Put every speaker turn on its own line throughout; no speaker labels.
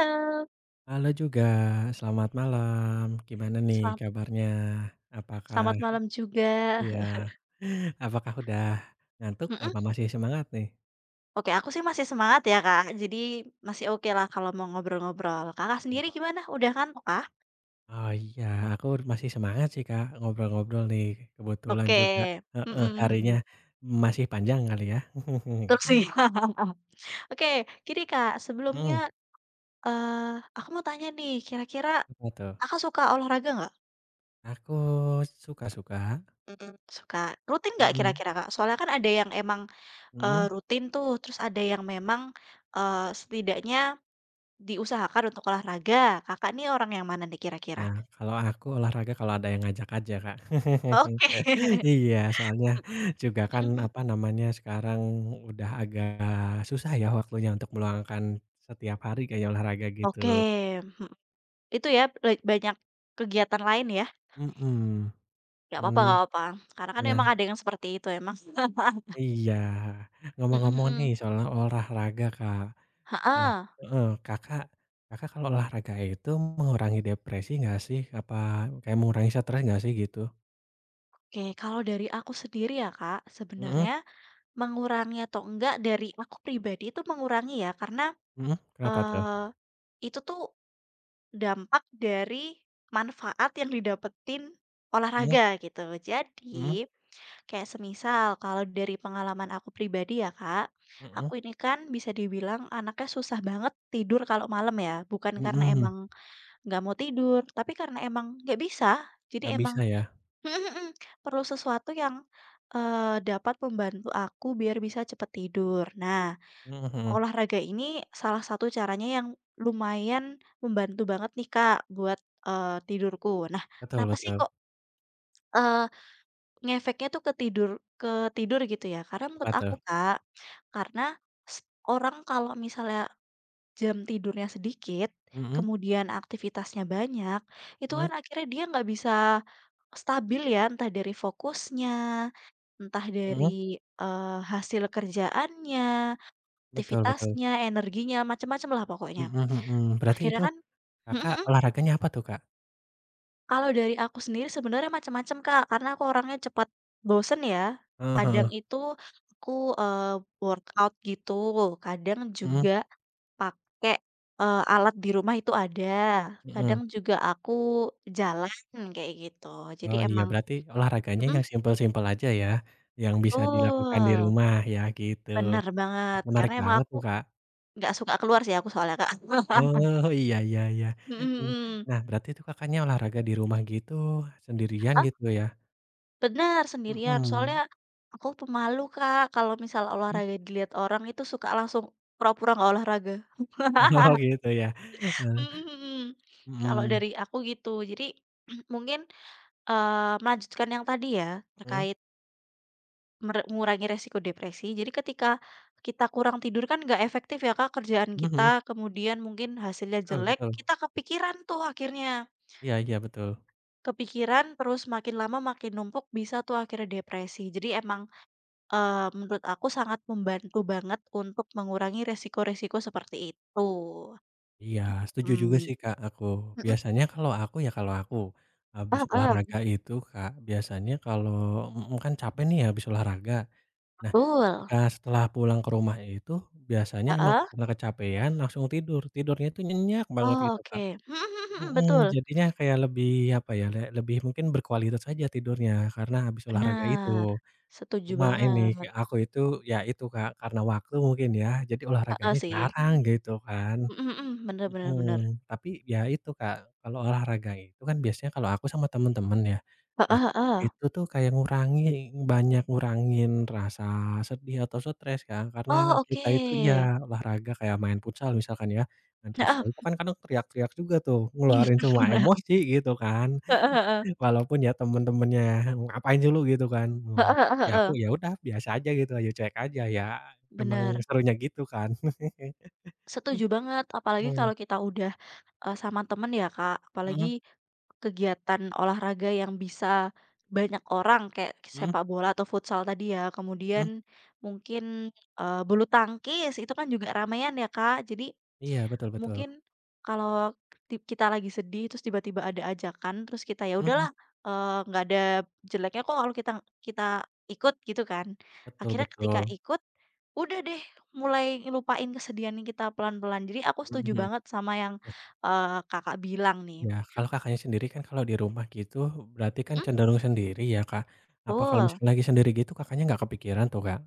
Halo,
Halo juga, selamat malam. Gimana nih
selam
kabarnya? Apakah
selamat malam juga.
ya? Apakah udah ngantuk
Mhm,
apa masih semangat nih?
oke aku sih masih semangat ya, Kak, jadi masih oke lah kalau mau ngobrol-ngobrol. Kakak sendiri
Oh
gimana, udah kan, Kak?
oh iya, aku masih semangat sih Kak, ngobrol-ngobrol nih kebetulan
Oke,
juga heeh,
mhm
harinya
mhm,
masih panjang kali ya.
betul sih. Oke, jadi Kak, sebelumnya,
Mhm,
aku mau tanya nih, kira-kira
apa tuh?
Kakak suka olahraga nggak?
Aku suka-suka,
Mm-mm. Suka. Rutin nggak
mhm
kira-kira, Kak? Soalnya kan ada yang emang,
mhm.
rutin tuh, terus ada yang memang, setidaknya diusahakan untuk olahraga. Kakak nih orang yang mana nih kira-kira?
Nah, kalau aku olahraga kalau ada yang ngajak aja Kak.
Oke.
Iya, soalnya juga kan,
Mhm mhm.
apa namanya, sekarang udah agak susah ya waktunya untuk meluangkan setiap hari kayak olahraga gitu.
Oke, mhm, itu ya banyak kegiatan lain ya?
Mhm, mmm,
Nggak apa-apa, karena kan
nah
emang ada yang seperti itu emang.
iya.
Mhm
Ngomong-ngomong nih
mhm.
soal olahraga, Kak. Nah
Heeh,
heeh, Kakak Kakak kalau olahraga itu mengurangi depresi nggak sih? Apa kayak mengurangi stres nggak sih gitu?
oke kalau dari aku sendiri ya Kak,
Mhm
sebenarnya mengurangi atau enggak dari aku pribadi itu mengurangi ya karena,
mhm, kenapa tuh?
eee, itu tuh dampak dari manfaat yang didapetin
Mhm
olahraga gitu.
mhm
Jadi kayak semisal kalau dari pengalaman aku pribadi ya Kak,
mhm
aku ini kan bisa dibilang anaknya susah banget tidur kalau malam ya. Bukan karena
mhm,
emang nggak mau tidur, tapi karena emang nggak bisa. Jadi
nggak bisa
emang
ya?
perlu sesuatu yang dapat membantu aku biar bisa cepet tidur. Nah,
Mhm mhm,
olahraga ini salah satu caranya yang lumayan membantu banget nih Kak buat tidurku. Nah,
betul
kenapa sih
betul,
kok eh, ngefeknya tuh ke tidur gitu ya? Karena
apa
menurut
tuh?
aku, Kak, karena s orang kalau misalnya jam tidurnya sedikit,
Mhm
kemudian aktivitasnya banyak, itu
mhm
kan akhirnya dia nggak bisa stabil ya, entah dari fokusnya, entah
mhm,
dari, hasil kerjaannya,
betul betul,
aktivitasnya, energinya, macam-macam lah pokoknya.
mhm mhm, berarti
Akhirnya
itu
kan.
Kakak olahraganya apa tuh, Kak?
Kalau dari aku sendiri sebenarnya macam-macam, Kak, karena aku orangnya cepat bosen ya.
Heeh
Kadang
heeh,
itu aku, eee, workout gitu, kadang
mhm
juga pakai, alat di rumah itu ada,
mhm,
kadang juga aku jalan kayak gitu. Jadi
oh iya
emang.
berarti olahraganya
Mhm,
yang simpel-simpel aja ya, yang bisa dilakukan di
betul,
rumah ya gitu,
bener banget,
menarik
karena emang
banget
aku
tuh, Kak,
nggak suka keluar sih aku soalnya, Kak.
oh iya iya iya,
Mhm
mmm,
mhm.
nah berarti itu Kakaknya olahraga di rumah gitu sendirian gitu ya?
Benar sendirian. Soalnya
Mhm,
aku pemalu, Kak. Kalau misal
mmm,
olahraga dilihat orang itu suka langsung pura-pura nggak olahraga.
oh gitu ya, heeh,
Mhm mhm. Kalau
mhm,
dari aku gitu. Jadi mungkin, melanjutkan yang tadi ya,
mhm
terkait mengurangi resiko depresi. Jadi ketika kita kurang tidur kan nggak efektif ya, Kak, kerjaan
mhm
kita,
mhm,
kemudian mungkin hasilnya
betul
jelek,
betul,
kita kepikiran tuh akhirnya.
iya iya betul.
Kepikiran, terus makin lama makin numpuk, bisa tuh akhirnya depresi. Jadi emang. Menurut aku sangat membantu banget untuk mengurangi resiko-resiko seperti itu.
Iya, setuju juga
Mmm,
sih, Kak, aku. Biasanya kalau aku ya kalau aku habis
Ah. Heeh,
olahraga itu, Kak, biasanya kalau mhm, kan capek nih habis olahraga. Nah,
betul,
ketika setelah pulang ke rumah itu biasanya
Ah.
emang
Ah.
karena kecapean langsung tidur, tidurnya itu nyenyak banget
Oh
gitu, Kak.
oke, mhm mhm mhm,
Mhm,
betul,
jadinya kayak lebih apa ya, lebih mungkin berkualitas aja tidurnya karena habis olahraga itu.
Benar. Setuju
Cuma ini
banget,
aku itu ya itu, Kak, karena waktu mungkin ya, jadi
ah ah,
olahraganya
sih,
jarang gitu kan.
mhm mhm, bener bener bener,
Mhm, tapi ya itu Kak, kalau olahraga itu kan biasanya kalau aku sama temen-temen ya,
ah
nah
ah. Ah.
itu tuh kayak ngurangi banyak ngurangin rasa sedih atau stres Kak, karena
Oh oke,
kita itu iya olahraga kayak main futsal misalkan ya, main futsal itu
heeh,
kan kadang teriak-teriak juga tuh,
heeh.
ngeluarin semua emosi gitu kan,
Ah ah ah
walaupun ya temen-temennya, "Ngapain dulu gitu kan,
ah
mmm,
ah. Ah,
ya
ah.
aku, "Ya udah biasa aja gitu, ya cuek aja ya," emang
Benar.
serunya gitu kan.
Setuju banget, apalagi
Mhm,
kalau kita udah, sama temen ya, Kak, apalagi
mhm
kegiatan olahraga yang bisa banyak orang kayak
mhm
sepak bola atau futsal tadi ya, kemudian
mhm.
mungkin, bulu tangkis itu kan juga ramean ya, Kak, jadi
Iya, betul betul.
mungkin kalau kita lagi sedih terus tiba-tiba ada ajakan, terus kita, "Ya
Mhm,
udahlah, nggak ada jeleknya kok kalau kita kita ikut," gitu kan.
betul
Akhirnya ketika
betul.
ikut, udah deh mulai lupain kesedihan kita pelan-pelan. Jadi aku setuju
Mhm.
banget sama yang, Kakak bilang nih.
Ya, kalau Kakaknya sendiri kan kalau di rumah gitu berarti kan
Mhm,
cenderung sendiri ya, Kak? Apa kalau
betul.
misalnya lagi sendiri gitu Kakaknya nggak kepikiran tuh, Kak,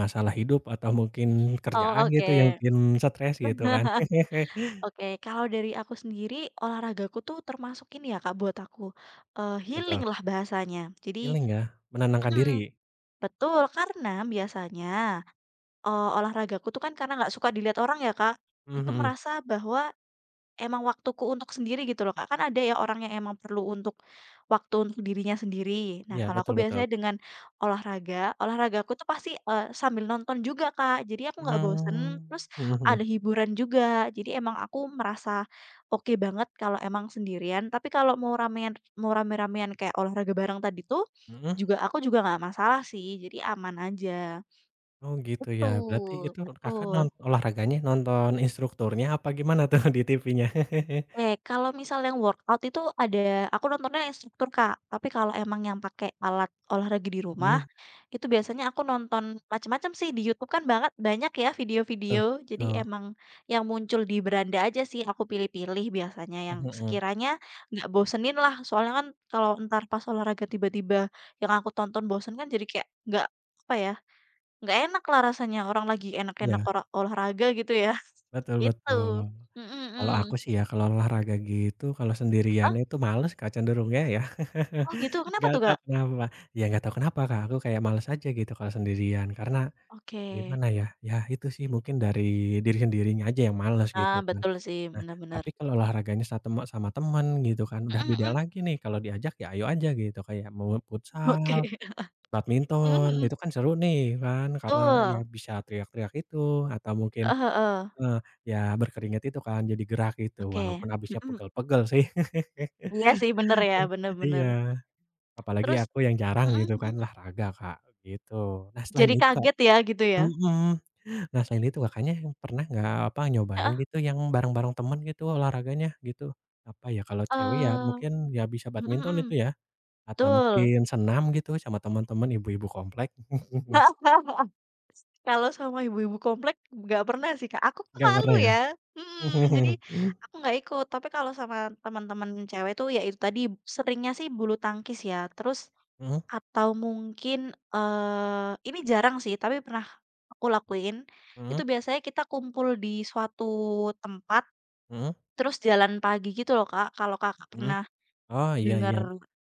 masalah hidup atau mungkin kerjaan
Oh,
gitu yang
oke.
bikin stres gitu kan?
Oke, kalau dari aku sendiri, olahragaku tuh termasuk ini ya Kak, buat aku, healing
Betul,
lah bahasanya. Jadi.
healing ya, menenangkan
Mhm.
diri?
Betul, karena biasanya, olahragaku tuh kan karena nggak suka dilihat orang ya, Kak,
Mhm
itu
mhm.
merasa bahwa emang waktuku untuk sendiri gitu loh, Kak. Kan ada ya orang yang emang perlu untuk waktu untuk dirinya sendiri. Nah,
Iya,
kalau aku
betul betul.
biasanya dengan olahraga, olahragaku tuh pasti, sambil nonton juga, Kak. Jadi aku nggak bosen,
Mmm,
terus
mhm
ada
mhm.
hiburan juga. Jadi emang aku merasa oke banget kalau emang sendirian, tapi kalau mau ramean mau rame-ramean kayak olahraga bareng tadi tuh,
Mhm?
juga aku juga nggak masalah sih, jadi aman aja.
Oh gitu ya, berarti
Betul,
itu Kakak non
betul.
olahraganya nonton instrukturnya apa gimana tuh di TV-nya?
Oke, kalau misal yang workout itu ada aku nontonnya instruktur, Kak. Tapi kalau emang yang pakai alat olahraga di rumah,
Mhm.
itu biasanya aku nonton macam-macam sih, di YouTube kan banget banyak ya
Betul
video-video. Jadi
betul.
emang yang muncul di beranda aja sih aku pilih-pilih biasanya yang
Mhm mhm.
sekiranya nggak bosenin lah. Soalnya kan kalau ntar pas olahraga tiba-tiba yang aku tonton bosen kan jadi kayak nggak, apa ya, nggak enak lah rasanya, orang lagi enak-enak
Iya,
ora olahraga gitu ya.
betul betul.
Gitu. Mhm mhm.
Kalau aku sih ya, kalau olahraga gitu, kalau sendirian itu males Kak cenderungnya ya.
Oh gitu, kenapa
Nggak
tuh,
tahu
Kak?
kenapa. Ya nggak tahu kenapa Kak, aku kayak males aja gitu kalau sendirian. Karena
Oke.
gimana ya, ya itu sih mungkin dari diri sendirinya aja yang males gitu
Nah,
kan.
betul sih,
Nah,
benar-benar.
tapi kalau olahraganya sa teme sama teman gitu kan, udah
Mhm
beda
mhm.
lagi nih kalau diajak ya ayo aja gitu. Kayak mau
Oke.
futsal,
Mhm
badminton,
mhm.
itu kan seru nih kan, karena ya
Betul,
bisa teriak-teriak itu, atau mungkin
heeh heeh.
heeh, ya berkeringat itu kan, jadi gerak gitu,
Oke,
walaupun habisnya
mhm.
pegel-pegel sih.
Iya sih bener ya, bener
Iya,
bener.
apalagi
Terus.
aku yang jarang
Mhm
gitu kan
mhm.
olahraga, Kak, gitu. Nah selain
Jadi
itu, Kak
kaget ya gitu ya?
mhm, nah selain itu Kakaknya yang pernah nggak, apa, nyobain
Heeh,
gitu yang bareng-bareng temen gitu olahraganya gitu? Apa ya, kalau cewek ya
eee,
mungkin ya bisa
mhm
badminton itu
mhm,
ya, atau
betul.
mungkin senam gitu sama teman-teman ibu-ibu komplek.
Kalau sama ibu-ibu komplek nggak pernah sih, Kak, aku kan
Nggak
malu
pernah ya?
ya, mhm, jadi
Mhm,
aku nggak ikut. Tapi kalau sama teman-teman cewek tuh ya itu tadi, seringnya sih bulu tangkis ya, terus
mhm,
atau mungkin, ini jarang sih tapi pernah aku lakuin,
mhm
itu biasanya kita kumpul di suatu tempat,
mhm
terus jalan pagi gitu loh, Kak, kalau Kakak
mhm.
pernah
Oh, iya
dengar.
iya.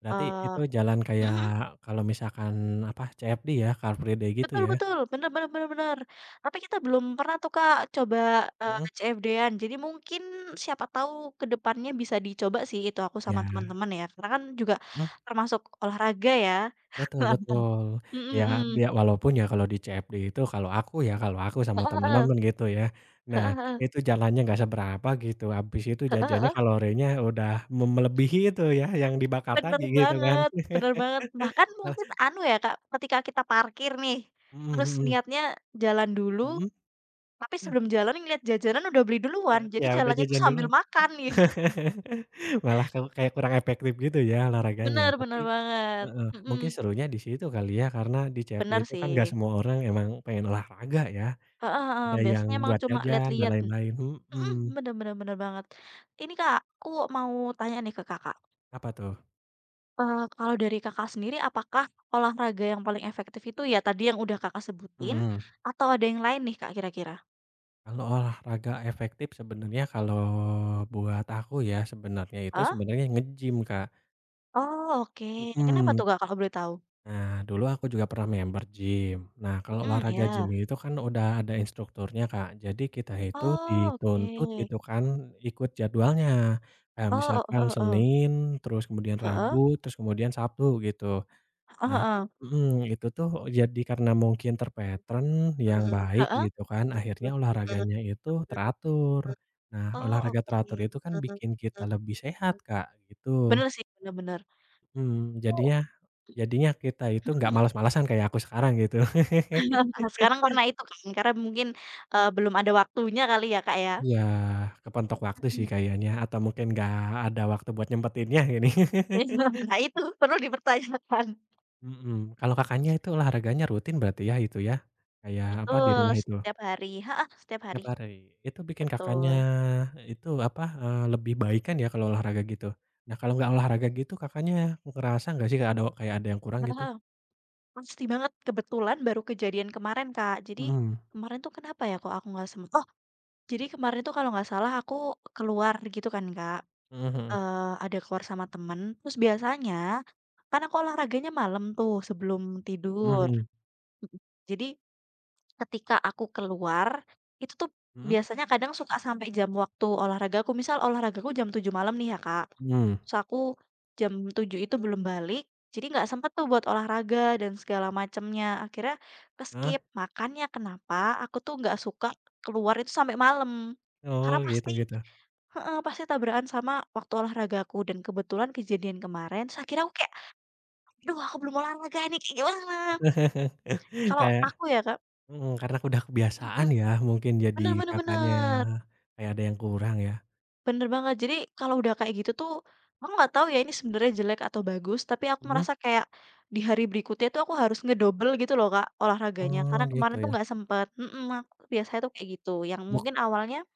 Berarti itu
eee
jalan
mhm
kayak
mhm,
kalau misalkan, apa, CFD ya, Car Free Day gitu
betul
ya?
betul, bener bener bener bener. Tapi kita belum pernah tuh, Kak, coba,
Mhm,
CFD-an. Jadi mungkin siapa tahu ke depannya bisa dicoba sih itu aku sama
iya,
teman-teman ya, karena kan juga
mhm,
termasuk olahraga ya.
betul betul.
Heeh. Mhm
Ya
mhm.
walaupun ya kalau di CFD itu kalau aku ya, kalau aku sama teman-teman gitu ya, nah
Heeh heeh.
itu jalannya nggak seberapa gitu, habis itu
Heeh
jajannya
heeh.
kalorinya udah melebihi itu ya yang dibakar tadi
Bener
gitu kan.
banget bener banget. Bahkan
Malah
mungkin anu ya, Kak, ketika kita parkir nih,
mhm
terus
mhm,
niatnya jalan dulu,
mhm,
tapi sebelum jalan ngeliat jajanan udah beli
ya
duluan, jadi
ya udah
jalannya tuh
jajan dulu.
sambil makan nih.
Malah kamu kayak kurang efektif gitu ya olahraganya,
Bener
tapi
bener banget,
heeh,
mhm,
mungkin serunya di situ kali ya, karena di CFD
bener
itu kan nggak
sih.
semua orang emang pengen olahraga ya,
Heeh heeh,
ada yang
biasanya emang
buat
cuma
jajan dan
lihat-lihat.
lain-lain,
Mhm,
mhm,
bener bener bener banget. Ini, Kak, aku mau tanya nih ke Kakak,
apa tuh?
kalau dari Kakak sendiri apakah olahraga yang paling efektif itu ya tadi yang udah Kakak sebutin,
Mhm,
atau ada yang lain nih, Kak, kira-kira?
kalau olahraga efektif sebenarnya kalau buat aku ya, sebenarnya itu
Heeh?
sebenarnya nge-gym, Kak,
Oh, oke. Kenapa
mhm.
tuh, Kak, kalau boleh tahu?
Nah, dulu aku juga pernah member gym. Nah, kalau
Mhm,
olahraga gym
ya.
itu kan udah ada instrukturnya, Kak. Jadi kita itu
Oh,
dituntut
oke.
gitu kan ikut jadwalnya. Kayak
Oh,
misalkan
heeh heeh.
Senin, terus kemudian Rabu,
Heeh?
terus kemudian Sabtu gitu.
Heeh
Nah
oh,
mhm, itu tuh jadi karena mungkin yang baik gitu kan, akhirnya
heeh.
olahraganya itu teratur.
Heeh?
Nah,
Oh,
olahraga teratur
oke.
itu kan bikin kita lebih sehat, Kak, gitu.
Bener sih, bener bener.
Mhm,
Oh,
jadinya Jadinya kita itu
mhm
nggak
mhm.
malas-malasan kayak aku sekarang gitu.
Nah, sekarang karena itu kan, karena mungkin, belum ada waktunya kali ya, Kak, ya?
Iya, kepentok waktu sih
Mhm.
kayaknya atau mungkin nggak ada waktu buat nyempetinnya gini.
Nah, itu perlu dipertanyakan.
Mhm, kalau Kakaknya itu olahraganya rutin berarti ya itu ya? Kayak apa, di
Betul,
rumah itu?
setiap hari heeh, setiap
Tiap
hari.
hari. Itu bikin Kakaknya
Betul.
itu apa, lebih baik kan ya kalau olahraga gitu? Nah kalau nggak olahraga gitu Kakaknya ngerasa nggak sih kayak ada yang kurang gitu?
Heeh. Pasti banget, kebetulan baru kejadian kemarin, Kak. Jadi,
Mhm,
kemarin tuh kenapa ya kok aku nggak oh, jadi kemarin tuh kalau nggak salah aku keluar gitu kan, Kak,
mhm
ada keluar sama temen, terus biasanya kan aku olahraganya malam tuh sebelum
mhm, mhm
tidur,
mhm,
mhm, jadi ketika aku keluar, itu tuh
mhm,
biasanya kadang suka sampai jam waktu olahragaku, misal olahragaku jam tujuh malam nih ya, Kak.
mhm.
Terus aku jam tujuh itu belum balik, jadi nggak sempet tuh buat olahraga dan segala macemnya, akhirnya keskip. Makanya kenapa aku tuh nggak suka keluar itu sampai malam,
Oh
karena
gitu
pasti
gitu.
heeh, pasti tabrakan sama waktu olahragaku dan kebetulan kejadian kemarin, terus akhirnya aku kayak, "Aduh aku belum olahraga nih, kayak gimana?" Kalau
Kayak
aku ya, Kak.
mhm, karena udah kebiasaan
Mhm,
ya mungkin jadi
bener bener
Kakaknya
bener.
kayak ada yang kurang ya?
Bener banget. Jadi kalau udah kayak gitu tuh, aku nggak tahu ya ini sebenarnya jelek atau bagus, tapi aku
Mhm?
merasa kayak di hari berikutnya tuh aku harus ngedobel gitu loh Kak, olahraganya.
Oh
Karena
gitu
kemarin tuh
ya.
nggak sempet, aku biasanya tuh kayak gitu, yang
Buk
mungkin awalnya,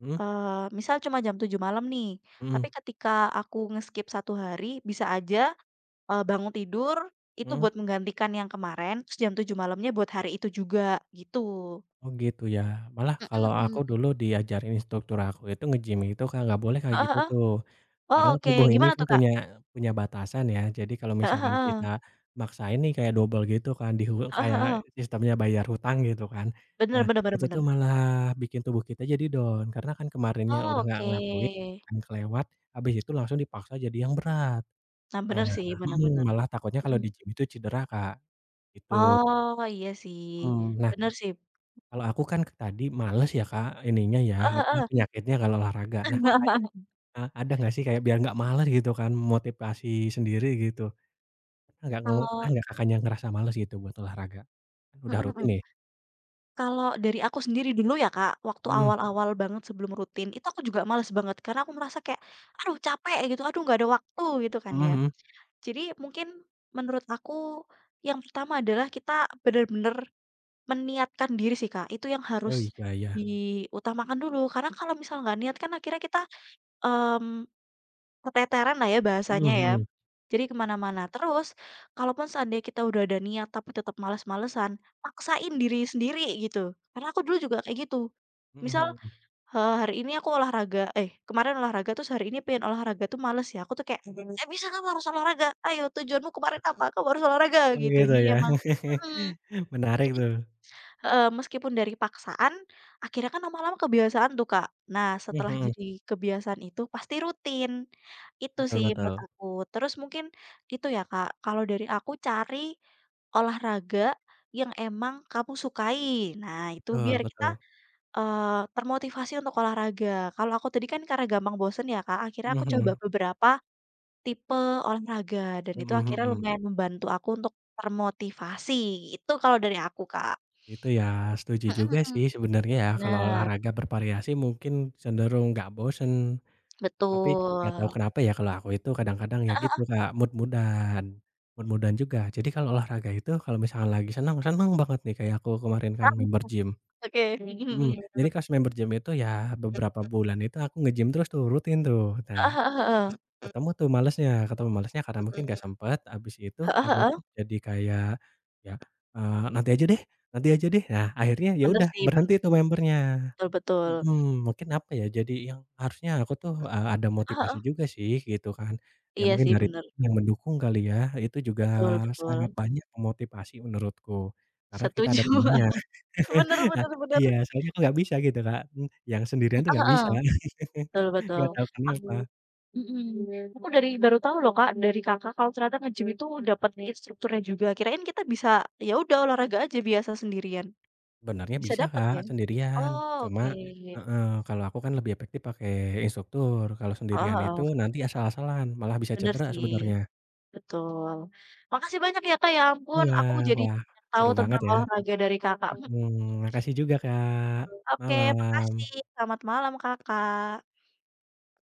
mhm
misal cuma jam tujuh malam nih, tapi
mhm
ketika aku nge-skip 1 hari, bisa aja, bangun tidur, itu
mhm.
buat menggantikan yang kemarin, terus jam 7.00 malamnya buat hari itu juga, gitu.
Oh gitu ya. Malah kalau
Mhm
aku
mhm.
dulu diajarin instruktur aku itu nge-gym itu kan nggak boleh kayak
Heeh
gitu
heeh.
tuh.
Oh,
Karena
oke.
tubuh ini
Gimana
kan
tuh Kak?
punya punya batasan ya, jadi kalau
Heeh
misalkan kita
heeh.
maksain nih kayak dobel gitu kan,
Heeh
kayak
heeh.
sistemnya bayar hutang gitu kan.
Bener
Nah,
bener bener
itu
bener.
tuh malah bikin tubuh kita jadi down, karena kan kemarinnya
Oh,
udah nggak
oke.
ngelakuin kan kelewat, habis itu langsung dipaksa jadi yang berat.
Nah,
Nah
bener sih, bener
mhm,
bener.
malah takutnya kalau
Mhm.
di gym itu cedera, Kak, gitu.
Oh, iya sih,
Mhm, nah
bener sih.
kalau aku kan tadi males ya, Kak, ininya ya,
Heeh
apa,
heeh.
penyakitnya kalau olahraga. Nah, Ada nggak sih kayak biar nggak males gitu kan, motivasi sendiri gitu? Pernah
Kalau.
nggak Kakaknya ngerasa males gitu buat olahraga? Kan udah
Mhm
rutin
mhm.
nih.
Kalau dari aku sendiri dulu ya, Kak, waktu
Mhm,
awal-awal banget sebelum rutin, itu aku juga males banget karena aku merasa kayak, "Aduh capek," gitu, "Aduh nggak ada waktu," gitu kan
mhm
ya.
mhm.
Jadi mungkin menurut aku yang pertama adalah kita bener-bener meniatkan diri sih, Kak, itu yang
Oh
harus
iya iya.
diutamakan dulu karena kalau misal nggak niat kan akhirnya kita, mmm keteteran lah ya
Mhm
bahasanya ya.
mhm.
Jadi kemana mana. Terus, kalaupun seandainya kita udah ada niat tapi tetap males-malesan, paksain diri sendiri gitu. Karena aku dulu juga kayak gitu.
Mhm
Misal,
mhm.
hari ini aku olahraga eh, kemarin olahraga terus hari ini pengen olahraga tuh males ya, aku tuh kayak, "Nggak bisa kamu harus olahraga, ayo tujuanmu kemarin apa? Kamu harus olahraga,"
Oh
gitu.
gitu
Jadi
ya.
emang. Mhm,
Menarik
jadi,
tuh.
heeh, meskipun dari paksaan, akhirnya kan lama-lama kebiasaan tuh, Kak. Nah
Mhm
setelah
mhm.
jadi kebiasaan itu pasti rutin. Itu
Betul
sih menurut
betul.
aku. Terus mungkin itu ya, Kak, kalau dari aku cari olahraga yang emang kamu sukai. Nah, itu
Betul
biar kita,
betul.
eee, termotivasi untuk olahraga. Kalau aku tadi kan karena gampang bosen ya, Kak, akhirnya
Mhm
aku coba
mhm.
beberapa tipe olahraga dan itu
Mhm
akhirnya
mhm.
lumayan membantu aku untuk termotivasi, itu kalau dari aku, Kak.
Itu ya, setuju
Mhm
juga
mhm.
sih sebenarnya ya kalau
Bener,
olahraga bervariasi mungkin cenderung nggak bosen. Tapi nggak tahu
betul.
kenapa ya kalau aku itu kadang-kadang ya
Heeh
gitu
heeh.
Kak, mood mood mood mood juga. Jadi kalau olahraga itu kalau misalkan lagi senang senang banget nih kayak aku kemarin kan member gym.
Oke. Mhm
Mhm,
mhm.
jadi pas member gym itu ya beberapa bulan itu aku nge-gym terus tuh rutin tuh.
Heeh
Nah,
heeh heeh.
terus ketemu tuh malesnya ketemu malesnya karena mungkin nggak sempet, habis itu
Heeh
aku
heeh.
tuh jadi kayak ya, eee, nanti aja deh nanti aja deh. Nah akhirnya ya
Bener
udah
sih bener
berhenti tuh
sih.
member-nya.
Betul betul.
Mhm, mungkin apa ya, jadi yang harusnya aku tuh, ada motivasi
Heeh,
juga sih gitu kan. Ya
iya
mungkin
sih
dari
bener,
yang mendukung kali ya, itu juga
betul betul.
sangat banyak memotivasi menurutku, karena kita
Setuju.
ada temennya.
Bener
Nah
bener bener.
iya, soalnya aku nggak bisa gitu Kak, mmm, yang sendirian
Heeh
tuh nggak bisa.
heeh, betul betul.
Nggak tahu kenapa.
Mhm, aku dari baru tahu loh Kak, dari Kakak kalau ternyata nge-gym itu dapet instrukturnya juga, kirain kita bisa ya udah olahraga aja biasa sendirian,
Sebenarnya
bisa
bisa
dapet
Kak,
ya?
sendirian,
Oh oke,
cuma
heeh
heeh, kalau aku kan lebih efektif pakai instruktur, kalau sendirian
heeh,
itu nanti asal-asalan, malah bisa
bener
cedera
sih,
sebenarnya.
betul. Makasih banyak ya Kak ya ampun
Iya,
aku jadi
wah
banyak tahu
seru banget
tentang
ya.
olahraga dari Kakak. Mhm,
Mhm, makasih juga Kak,
oke
malam.
makasih, selamat malam Kakak.